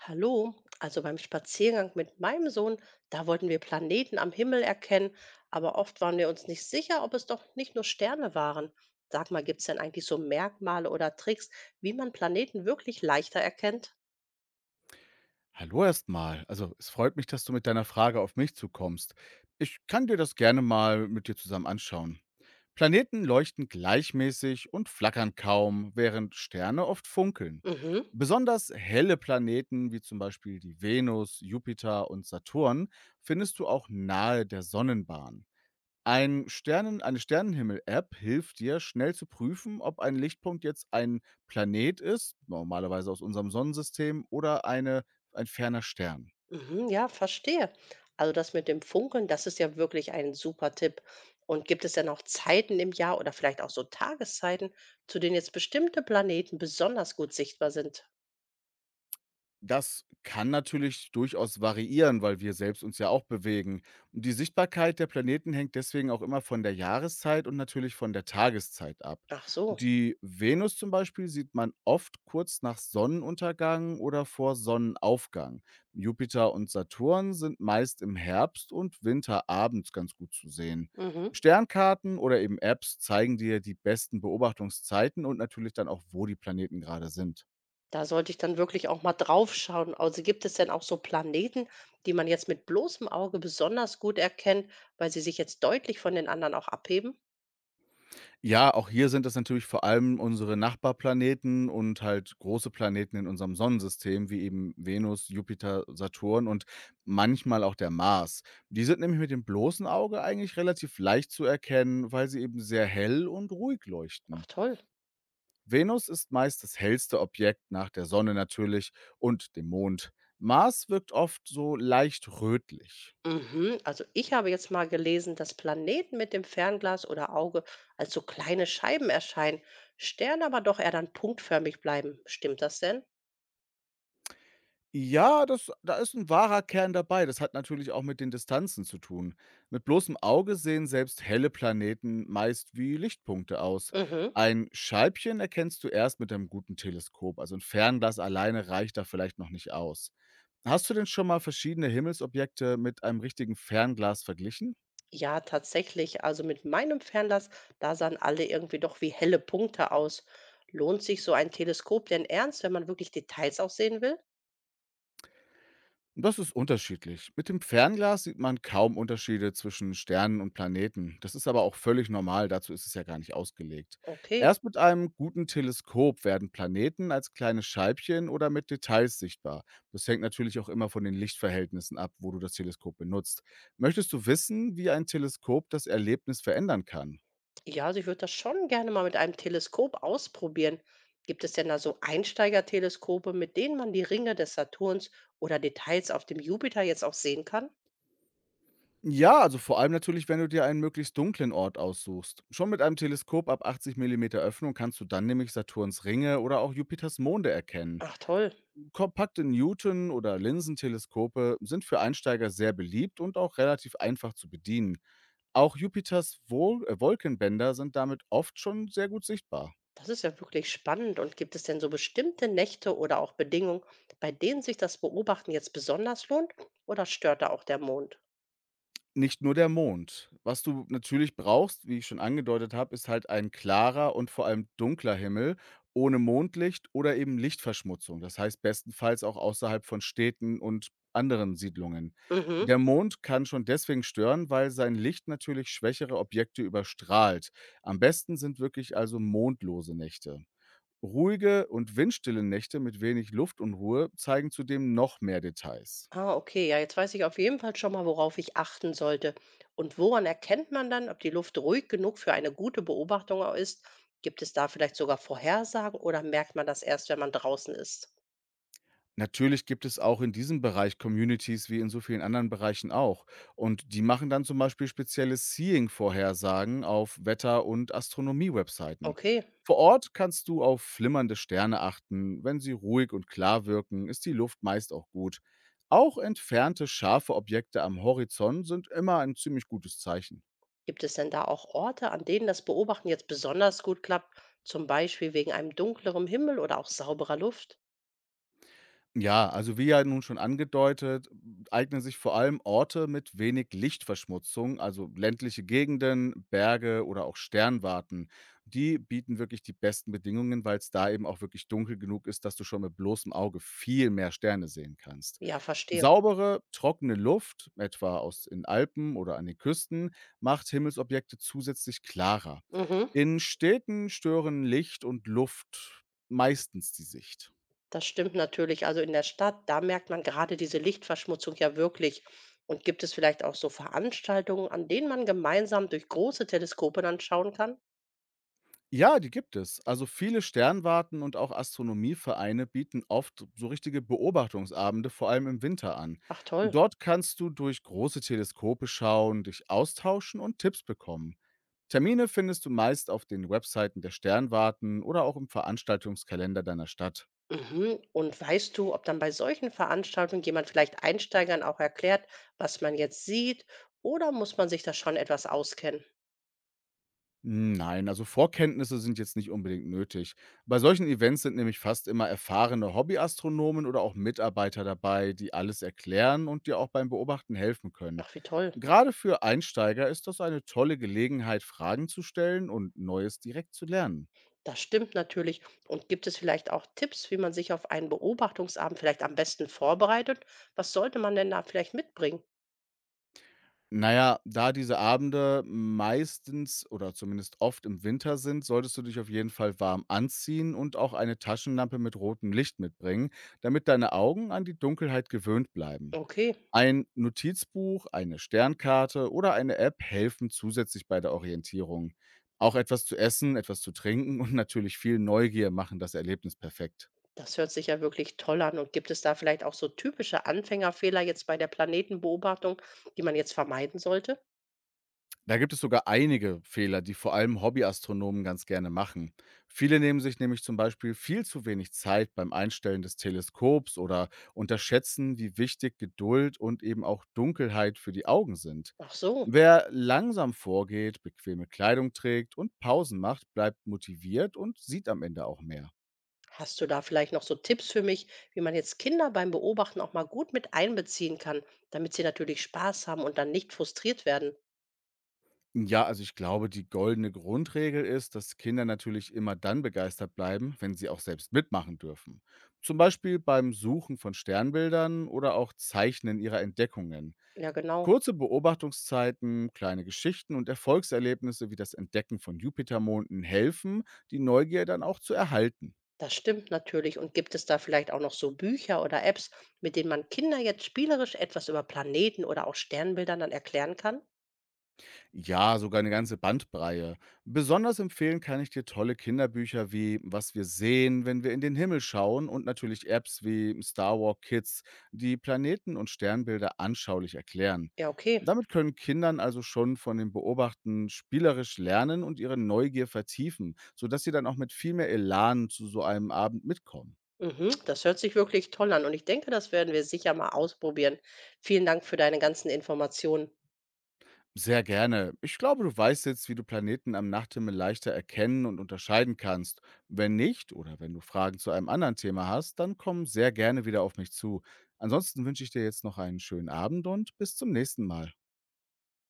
Hallo, also beim Spaziergang mit meinem Sohn, da wollten wir Planeten am Himmel erkennen, aber oft waren wir uns nicht sicher, ob es doch nicht nur Sterne waren. Sag mal, gibt es denn eigentlich so Merkmale oder Tricks, wie man Planeten wirklich leichter erkennt? Hallo erstmal. Also, es freut mich, dass du mit deiner Frage auf mich zukommst. Ich kann dir das gerne mal mit dir zusammen anschauen. Planeten leuchten gleichmäßig und flackern kaum, während Sterne oft funkeln. Mhm, Besonders helle Planeten wie zum Beispiel die Venus, Jupiter und Saturn findest du auch nahe der Sonnenbahn. Eine Sternenhimmel-App hilft dir, schnell zu prüfen, ob ein Lichtpunkt jetzt ein Planet ist, normalerweise aus unserem Sonnensystem, oder ein ferner Stern. mhm, ja, verstehe. Also das mit dem Funkeln, das ist ja wirklich ein super Tipp. Und gibt es denn auch Zeiten im Jahr oder vielleicht auch so Tageszeiten, zu denen jetzt bestimmte Planeten besonders gut sichtbar sind? Das kann natürlich durchaus variieren, weil wir selbst uns ja auch bewegen. Und die Sichtbarkeit der Planeten hängt deswegen auch immer von der Jahreszeit und natürlich von der Tageszeit ab. Ach so. Die Venus zum Beispiel sieht man oft kurz nach Sonnenuntergang oder vor Sonnenaufgang. Jupiter und Saturn sind meist im Herbst und Winter abends ganz gut zu sehen. Mhm. Sternkarten oder eben Apps zeigen dir die besten Beobachtungszeiten und natürlich dann auch, wo die Planeten gerade sind. Da sollte ich dann wirklich auch mal drauf schauen. Also gibt es denn auch so Planeten, die man jetzt mit bloßem Auge besonders gut erkennt, weil sie sich jetzt deutlich von den anderen auch abheben? Ja, auch hier sind es natürlich vor allem unsere Nachbarplaneten und halt große Planeten in unserem Sonnensystem, wie eben Venus, Jupiter, Saturn und manchmal auch der Mars. Die sind nämlich mit dem bloßen Auge eigentlich relativ leicht zu erkennen, weil sie eben sehr hell und ruhig Ach leuchten. toll. Venus ist meist das hellste Objekt nach der Sonne natürlich und dem Mond. Mars wirkt oft so leicht rötlich. Mhm. Also ich habe jetzt mal gelesen, dass Planeten mit dem Fernglas oder Auge als so kleine Scheiben erscheinen, Sterne aber doch eher dann punktförmig bleiben. Stimmt das denn? Ja, das da ist ein wahrer Kern dabei. Das hat natürlich auch mit den Distanzen zu tun. Mit bloßem Auge sehen selbst helle Planeten meist wie Lichtpunkte aus. Mhm. Ein Scheibchen erkennst du erst mit einem guten Teleskop, also ein Fernglas alleine reicht da vielleicht noch nicht aus. Hast du denn schon mal verschiedene Himmelsobjekte mit einem richtigen Fernglas verglichen? Ja, tatsächlich. Also mit meinem Fernglas, da sahen alle irgendwie doch wie helle Punkte aus. Lohnt sich so ein Teleskop denn ernst, wenn man wirklich Details auch sehen will? Das ist unterschiedlich. Mit dem Fernglas sieht man kaum Unterschiede zwischen Sternen und Planeten. Das ist aber auch völlig normal, dazu ist es ja gar nicht ausgelegt. Okay. Erst mit einem guten Teleskop werden Planeten als kleine Scheibchen oder mit Details sichtbar. Das hängt natürlich auch immer von den Lichtverhältnissen ab, wo du das Teleskop benutzt. Möchtest du wissen, wie ein Teleskop das Erlebnis verändern kann? Ja, also ich würde das schon gerne mal mit einem Teleskop ausprobieren. Gibt es denn da so Einsteigerteleskope, mit denen man die Ringe des Saturns oder Details auf dem Jupiter jetzt auch sehen kann? Ja, also vor allem natürlich, wenn du dir einen möglichst dunklen Ort aussuchst. Schon mit einem Teleskop ab 80 Millimeter Öffnung kannst du dann nämlich Saturns Ringe oder auch Jupiters Monde erkennen. Ach toll, Kompakte Newton- oder Linsenteleskope sind für Einsteiger sehr beliebt und auch relativ einfach zu bedienen. Auch Jupiters Wolkenbänder sind damit oft schon sehr gut sichtbar. das ist ja wirklich spannend. Und gibt es denn so bestimmte Nächte oder auch Bedingungen, bei denen sich das Beobachten jetzt besonders lohnt oder stört da auch der Mond? Nicht nur der Mond. Was du natürlich brauchst, wie ich schon angedeutet habe, ist halt ein klarer und vor allem dunkler Himmel ohne Mondlicht oder eben Lichtverschmutzung. Das heißt bestenfalls auch außerhalb von Städten und anderen Siedlungen. Mhm. Der Mond kann schon deswegen stören, weil sein Licht natürlich schwächere Objekte überstrahlt. Am besten sind wirklich also mondlose Nächte. Ruhige und windstille Nächte mit wenig Luftunruhe zeigen zudem noch mehr Details. Ah, okay. Ja, jetzt weiß ich auf jeden Fall schon mal, worauf ich achten sollte. Und woran erkennt man dann, ob die Luft ruhig genug für eine gute Beobachtung ist? Gibt es da vielleicht sogar Vorhersagen oder merkt man das erst, wenn man draußen ist? Natürlich gibt es auch in diesem Bereich Communities wie in so vielen anderen Bereichen auch. Und die machen dann zum Beispiel spezielle Seeing-Vorhersagen auf Wetter- und Astronomie-Webseiten. Okay. Vor Ort kannst du auf flimmernde Sterne achten. Wenn sie ruhig und klar wirken, ist die Luft meist auch gut. Auch entfernte scharfe Objekte am Horizont sind immer ein ziemlich gutes Zeichen. Gibt es denn da auch Orte, an denen das Beobachten jetzt besonders gut klappt? Zum Beispiel wegen einem dunkleren Himmel oder auch sauberer Luft? Ja, also wie ja nun schon angedeutet, eignen sich vor allem Orte mit wenig Lichtverschmutzung, also ländliche Gegenden, Berge oder auch Sternwarten. Die bieten wirklich die besten Bedingungen, weil es da eben auch wirklich dunkel genug ist, dass du schon mit bloßem Auge viel mehr Sterne sehen kannst. Ja, verstehe. Saubere, trockene Luft, etwa aus den Alpen oder an den Küsten, macht Himmelsobjekte zusätzlich klarer. Mhm. In Städten stören Licht und Luft meistens die Sicht. Das stimmt natürlich. Also, in der Stadt, da merkt man gerade diese Lichtverschmutzung ja wirklich. Und gibt es vielleicht auch so Veranstaltungen, an denen man gemeinsam durch große Teleskope dann schauen kann? Ja, die gibt es. Also viele Sternwarten und auch Astronomievereine bieten oft so richtige Beobachtungsabende, vor allem im Winter an. Ach toll. Dort kannst du durch große Teleskope schauen, dich austauschen und Tipps bekommen. Termine findest du meist auf den Webseiten der Sternwarten oder auch im Veranstaltungskalender deiner Stadt. Mhm. Und weißt du, ob dann bei solchen Veranstaltungen jemand vielleicht Einsteigern auch erklärt, was man jetzt sieht, oder muss man sich da schon etwas auskennen? Hm, nein, also Vorkenntnisse sind jetzt nicht unbedingt nötig. Bei solchen Events sind nämlich fast immer erfahrene Hobbyastronomen oder auch Mitarbeiter dabei, die alles erklären und dir auch beim Beobachten helfen können. Ach, wie toll. Gerade für Einsteiger ist das eine tolle Gelegenheit, Fragen zu stellen und Neues direkt zu lernen. Das stimmt natürlich. Und gibt es vielleicht auch Tipps, wie man sich auf einen Beobachtungsabend vielleicht am besten vorbereitet? Was sollte man denn da vielleicht mitbringen? Naja, da diese Abende meistens oder zumindest oft im Winter sind, solltest du dich auf jeden Fall warm anziehen und auch eine Taschenlampe mit rotem Licht mitbringen, damit deine Augen an die Dunkelheit gewöhnt bleiben. Okay. Ein Notizbuch, eine Sternkarte oder eine App helfen zusätzlich bei der Orientierung. Auch etwas zu essen, etwas zu trinken und natürlich viel Neugier machen das Erlebnis perfekt. Das hört sich ja wirklich toll an. Und gibt es da vielleicht auch so typische Anfängerfehler jetzt bei der Planetenbeobachtung, die man jetzt vermeiden sollte? Da gibt es sogar einige Fehler, die vor allem Hobbyastronomen ganz gerne machen. Viele nehmen sich nämlich zum Beispiel viel zu wenig Zeit beim Einstellen des Teleskops oder unterschätzen, wie wichtig Geduld und eben auch Dunkelheit für die Augen sind. Ach so, Wer langsam vorgeht, bequeme Kleidung trägt und Pausen macht, bleibt motiviert und sieht am Ende auch mehr. hast du da vielleicht noch so Tipps für mich, wie man jetzt Kinder beim Beobachten auch mal gut mit einbeziehen kann, damit sie natürlich Spaß haben und dann nicht frustriert werden? Ja, also ich glaube, die goldene Grundregel ist, dass Kinder natürlich immer dann begeistert bleiben, wenn sie auch selbst mitmachen dürfen. Zum Beispiel beim Suchen von Sternbildern oder auch Zeichnen ihrer Entdeckungen. Ja, genau, Kurze Beobachtungszeiten, kleine Geschichten und Erfolgserlebnisse wie das Entdecken von Jupitermonden helfen, die Neugier dann auch zu erhalten. das stimmt natürlich. Und gibt es da vielleicht auch noch so Bücher oder Apps, mit denen man Kinder jetzt spielerisch etwas über Planeten oder auch Sternbildern dann erklären kann? Ja, sogar eine ganze Bandbreite. Besonders empfehlen kann ich dir tolle Kinderbücher wie „Was wir sehen, wenn wir in den Himmel schauen“ und natürlich Apps wie Star Walk Kids, die Planeten und Sternbilder anschaulich erklären. Ja, okay. Damit können Kindern also schon von dem Beobachten spielerisch lernen und ihre Neugier vertiefen, sodass sie dann auch mit viel mehr Elan zu so einem Abend mitkommen. Mhm, das hört sich wirklich toll an und ich denke, das werden wir sicher mal ausprobieren. Vielen Dank für deine ganzen Informationen. Sehr gerne. Ich glaube, du weißt jetzt, wie du Planeten am Nachthimmel leichter erkennen und unterscheiden kannst. Wenn nicht oder wenn du Fragen zu einem anderen Thema hast, dann komm sehr gerne wieder auf mich zu. Ansonsten wünsche ich dir jetzt noch einen schönen Abend und bis zum nächsten Mal.